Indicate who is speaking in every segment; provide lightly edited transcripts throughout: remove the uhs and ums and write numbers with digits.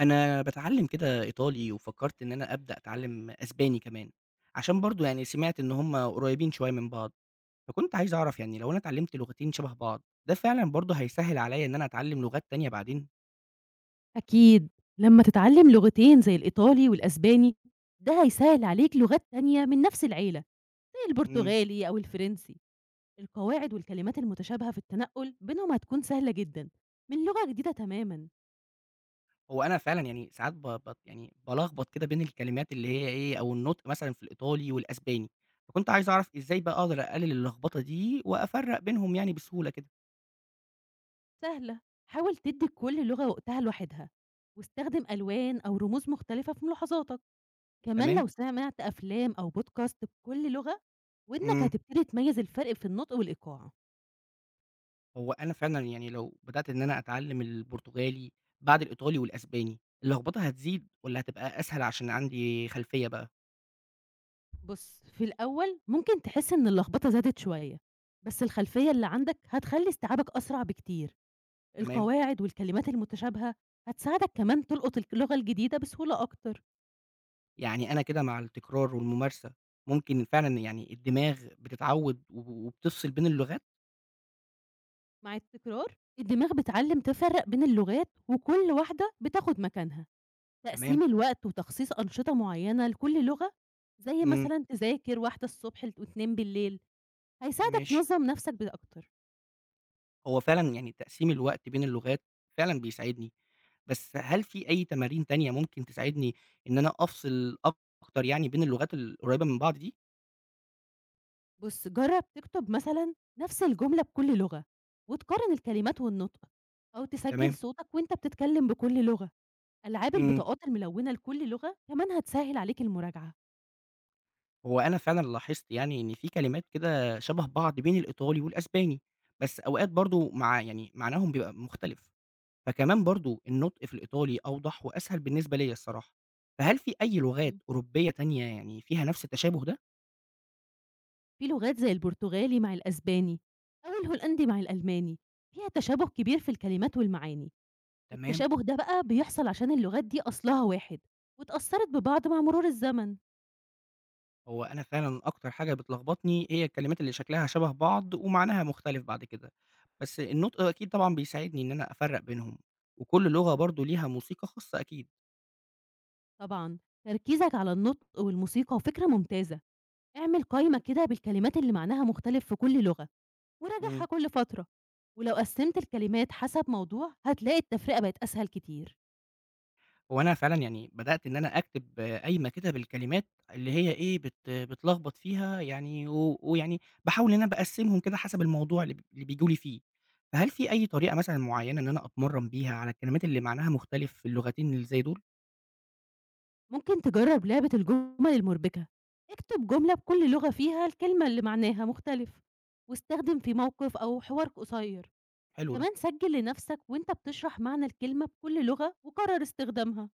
Speaker 1: أنا باتعلّم كده إيطالي، وفكّرت إن أنا أبدأ أتعلّم أسباني كمان، عشان برضه يعني سمعت إن هُم قريّبين شوية من بعض، فكنت عايز أعرف يعني لو أنا اتعلّمت لغتين شبه بعض، ده فعلًا برضه هيسهّل عليّا إن أنا أتعلّم لغات تانية بعدين؟
Speaker 2: أكيد. لمّا تتعلّم لغتين زي الإيطالي والأسباني، ده هيسهّل عليك لغات تانية من نفس العيلة، زي
Speaker 1: إمم.
Speaker 2: البرتغالي أو الفرنسي. القواعد والكلمات المتشابهة في التنقُّل بينهم هتكون سهلة جدًا، من لغة جديدة تمامًا،
Speaker 1: هو أنا فعلًا يعني ساعات بت يعني بالخبط كده بين الكلمات اللي هي إيه، أو النطق مثلًا في الإيطالي والأسباني، فكنت عايز أعرف إزاي بقى أقدر أقلل اللخبطة دي وأفرّق بينهم يعني بسهولة كده،
Speaker 2: سهلة. حاول تدّي لكل لغة وقتها لوحدها، واستخدم ألوان أو رموز مختلفة في ملاحظاتك. كمان
Speaker 1: تمام؟
Speaker 2: لو سمعت أفلام أو بودكاست بكل لغة، ودنك
Speaker 1: إمم.
Speaker 2: هتبتدي تميّز الفرق في النطق والإيقاع.
Speaker 1: هو أنا فعلًا يعني لو بدأت إن أنا أتعلّم البرتغالي بعد الإيطالي والأسباني، اللخبطة هتزيد والّا هتبقى أسهل عشان عندي خلفية بقى؟
Speaker 2: بُص، في الأول ممكن تحس إن اللخبطة زادت شوية، بس الخلفية اللي عندك هتخلّي استيعابك أسرع بكتير.
Speaker 1: تمام.
Speaker 2: القواعد والكلمات المتشابهة هتساعدك كمان تلقط اللغة الجديدة بسهولة أكتر.
Speaker 1: يعني أنا كده مع التكرار والممارسة ممكن فعلًا يعني الدماغ بتتعوّد وبتفصل بين اللغات؟
Speaker 2: مع التكرار الدماغ بتعلّم تفرّق بين اللغات وكل واحدة بتاخد مكانها، تقسيم
Speaker 1: تمام،
Speaker 2: الوقت وتخصيص أنشطة معيّنة لكل لغة، زي
Speaker 1: إمم،
Speaker 2: مثلًا تذاكر واحدة الصبح لت و2 بالليل، هيساعدك
Speaker 1: ماشي.
Speaker 2: تنظّم نفسك أكتر.
Speaker 1: هو فعلًا يعني تقسيم الوقت بين اللغات فعلًا بيساعدني، بس هل في أي تمارين تانية ممكن تساعدني إن أنا أفصل أكتر يعني بين اللغات القريّبة من بعض دي؟
Speaker 2: بُص، جرّب تكتب مثلًا نفس الجملة بكل لغة، وتقارن الكلمات والنطق، أو تسجّل
Speaker 1: تمام،
Speaker 2: صوتك وأنت بتتكلم بكل لغة. ألعاب
Speaker 1: إمم.
Speaker 2: البطاقات الملونة لكل لغة كمان هتسهّل عليك المراجعة.
Speaker 1: هو أنا فعلًا لاحظت يعني إن في كلمات كده شبه بعض بين الإيطالي والأسباني، بس أوقات برضه مع يعني معناهم بيبقى مختلف، فكمان برضه النطق في الإيطالي أوضح وأسهل بالنسبة ليّا الصراحة، فهل في أي لغات
Speaker 2: إمم.
Speaker 1: أوروبية تانية يعني فيها نفس التشابه ده؟
Speaker 2: في لغات زي البرتغالي مع الأسباني، أو الهولندي مع الألماني، فيها تشابه كبير في الكلمات والمعاني.
Speaker 1: تمام.
Speaker 2: التشابه ده بقى بيحصل عشان اللغات دي أصلها واحد، واتأثّرت ببعض مع مرور الزمن.
Speaker 1: هو أنا فعلًا أكتر حاجة بتلخبطني هي الكلمات اللي شكلها شبه بعض ومعناها مختلف بعد كده، بس النطق أكيد طبعًا بيساعدني إن أنا أفرّق بينهم، وكل لغة برضه ليها موسيقى خاصة أكيد.
Speaker 2: طبعًا تركيزك على النطق والموسيقى فكرة ممتازة. اعمل قايمة كده بالكلمات اللي معناها مختلف في كل لغة وراجعها
Speaker 1: إمم.
Speaker 2: كل فترة. ولو قسمت الكلمات حسب موضوع هتلاقي التفرقة بقت أسهل كتير.
Speaker 1: هو أنا فعلًا يعني بدأت إن أنا أكتب قايمة كده بالكلمات اللي هي إيه، باتلخبط فيها يعني ويعني باحاول إن أنا باقسّمهم كده حسب الموضوع اللي بييجوا لي فيه. فهل في أي طريقة مثلًا معيّنة إن أنا أتمرّن بيها على الكلمات اللي معناها مختلف في اللغتين اللي زي دول؟
Speaker 2: ممكن تجرب لعبة الجمل المربكة، اكتب جملة بكل لغة فيها الكلمة اللي معناها مختلف واستخدم في موقف أو حوار قصير.
Speaker 1: حلو ده.
Speaker 2: كمان سجل لنفسك وانت بتشرح معنى الكلمة بكل لغة وقرر استخدامها.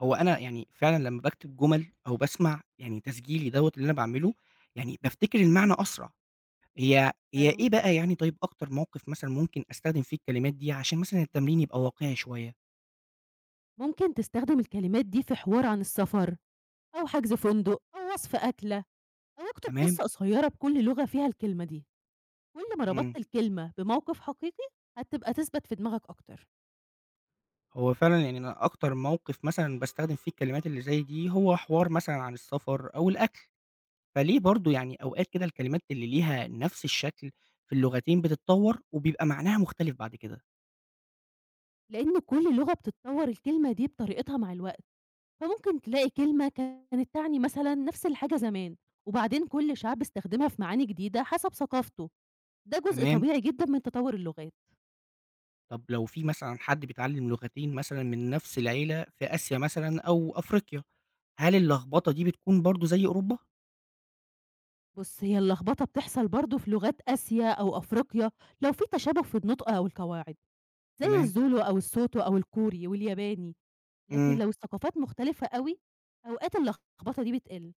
Speaker 1: هو أنا يعني فعلًا لمّا باكتب جُمل أو باسمع يعني تسجيلي دوّة اللي أنا باعمله، يعني بافتكر المعنى أسرع. هي
Speaker 2: حلو،
Speaker 1: إيه بقى يعني طيب أكتر موقِف مثلًا ممكن أستخدم فيه الكلمات دي عشان مثلًا التمرين يبقى واقعي شوية؟
Speaker 2: ممكن تستخدم الكلمات دي في حوار عن السفر أو حجز فندق أو وصف أكلة، أو أكتب
Speaker 1: تمام،
Speaker 2: قصة قصيرة بكل لغة فيها الكلمة دي. كل ما ربطت
Speaker 1: إمم.
Speaker 2: الكلمة بموقف حقيقي هتبقى تثبت في دماغك أكتر.
Speaker 1: هو فعلًا يعني أنا أكتر موقف مثلًا باستخدم فيه الكلمات اللي زي دي، هو حوار مثلًا عن السفر أو الأكل، فليه برضه يعني أوقات كده الكلمات اللي ليها نفس الشكل في اللغتين بتتطور وبيبقى معناها مختلف بعد كده.
Speaker 2: لأن كل لغة بتتطور الكلمة دي بطريقتها مع الوقت، فممكن تلاقي كلمة كانت تعني مثلا نفس الحاجة زمان، وبعدين كل شعب استخدمها في معاني جديدة حسب ثقافته. ده جزء
Speaker 1: تمام.
Speaker 2: طبيعي جدا من تطور اللغات.
Speaker 1: طب لو في مثلًا حد بيتعلم لغتين مثلًا من نفس العيلة في آسيا مثلًا أو أفريقيا، هل اللخبطة دي بتكون برضه زي أوروبا؟
Speaker 2: بص، هي اللخبطة بتحصل برضه في لغات آسيا أو أفريقيا لو في تشابه في النطق أو القواعد، زي
Speaker 1: تمام،
Speaker 2: الزولو أو السوتو أو الكوري والياباني. لكن
Speaker 1: إمم.
Speaker 2: لو الثقافات مختلفة أوي، أوقات اللخبطة دي بتقِل.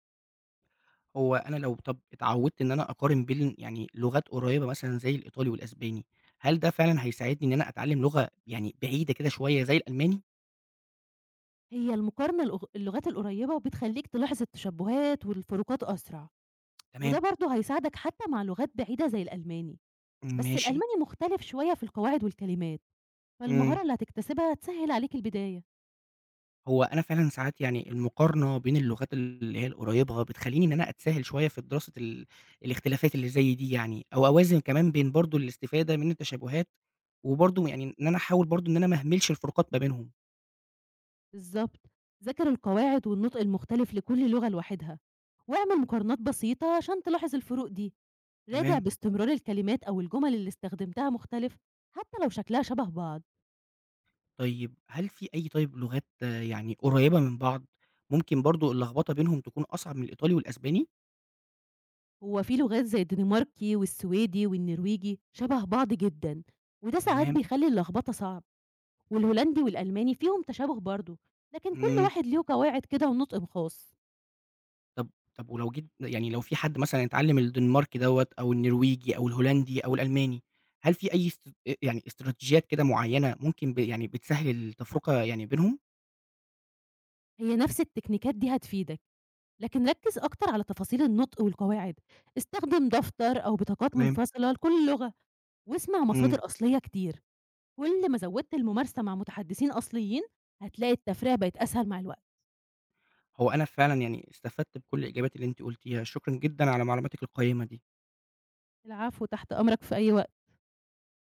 Speaker 1: هو أنا لو طَب اتعوّدت إن أنا أقارن بين يعني لغات قريّبة مثلًا زي الإيطالي والأسباني، هل ده فعلًا هيساعدني إن أنا أتعلّم لغة يعني بعيدة كده شوية زي الألماني؟
Speaker 2: هي المقارنة اللغات القريبة بتخلّيك تلاحظ التشبُّهات والفروقات أسرع، وده
Speaker 1: تمام،
Speaker 2: برضه هيساعدك حتى مع لغات بعيدة زي الألماني. بس
Speaker 1: ماشي،
Speaker 2: الألماني مختلف شوية في القواعد والكلمات،
Speaker 1: إمم.
Speaker 2: فالمهارة اللي هتكتسبها هتسهِّل عليك البداية.
Speaker 1: هو أنا فعلًا ساعات يعني المقارنة بين اللغات اللي هي القريّبة بتخلّيني إن أنا أتساهل شوية في دراسة الاختلافات اللي زي دي يعني، أو أوازن كمان بين برضه الاستفادة من التشابهات، وبرضه يعني إن أنا أحاول برضه إن أنا ما اهملش الفروقات ما بينهم.
Speaker 2: بالضبط، ذاكر القواعد والنطق المختلف لكل لغة لوحدها، واعمل مقارنات بسيطة عشان تلاحظ الفروق دي. راجع
Speaker 1: تمام.
Speaker 2: باستمرار الكلمات أو الجُمل اللي استخدمتها مختلف، حتى لو شكلها شبه بعض.
Speaker 1: طيب هل في أي طيب لغات يعني قريّبة من بعض، ممكن برضه اللخبطة بينهم تكون أصعب من الإيطالي والأسباني؟
Speaker 2: هو في لغات زي الدنماركي والسويدي والنرويجي شبه بعض جدا، وده ساعات
Speaker 1: تمام،
Speaker 2: بيخلي اللخبطة صعب. والهولندي والألماني فيهم تشابه برضه، لكن كل
Speaker 1: إمم،
Speaker 2: واحد ليه قواعد كده ونطق خاص.
Speaker 1: طب طب ولو جيت يعني لو في حد مثلًا اتعلم الدنماركي دوّة أو النرويجي أو الهولندي أو الألماني، هل في أي است أ يعني استراتيجيات كده معيّنة ممكن يعني بتسهّل التفرقة يعني بينهم؟
Speaker 2: هي نفس التكنيكات دي هتفيدك، لكن ركز أكتر على تفاصيل النطق والقواعد. استخدم دفتر أو بطاقات
Speaker 1: تمام،
Speaker 2: منفصلة لكل لغة، واسمع
Speaker 1: إمم.
Speaker 2: مصادر أصلية كتير. كل ما زودت الممارسة مع متحدثين أصليين هتلاقي التفريع بقت أسهل مع الوقت.
Speaker 1: هو أنا فعلًا يعني استفدت بكل الإجابات اللي أنتِ قُلتيها، شكرًا جدًا على معلوماتِك القيّمة دي.
Speaker 2: العفو، تحت أمرك في أي وقت.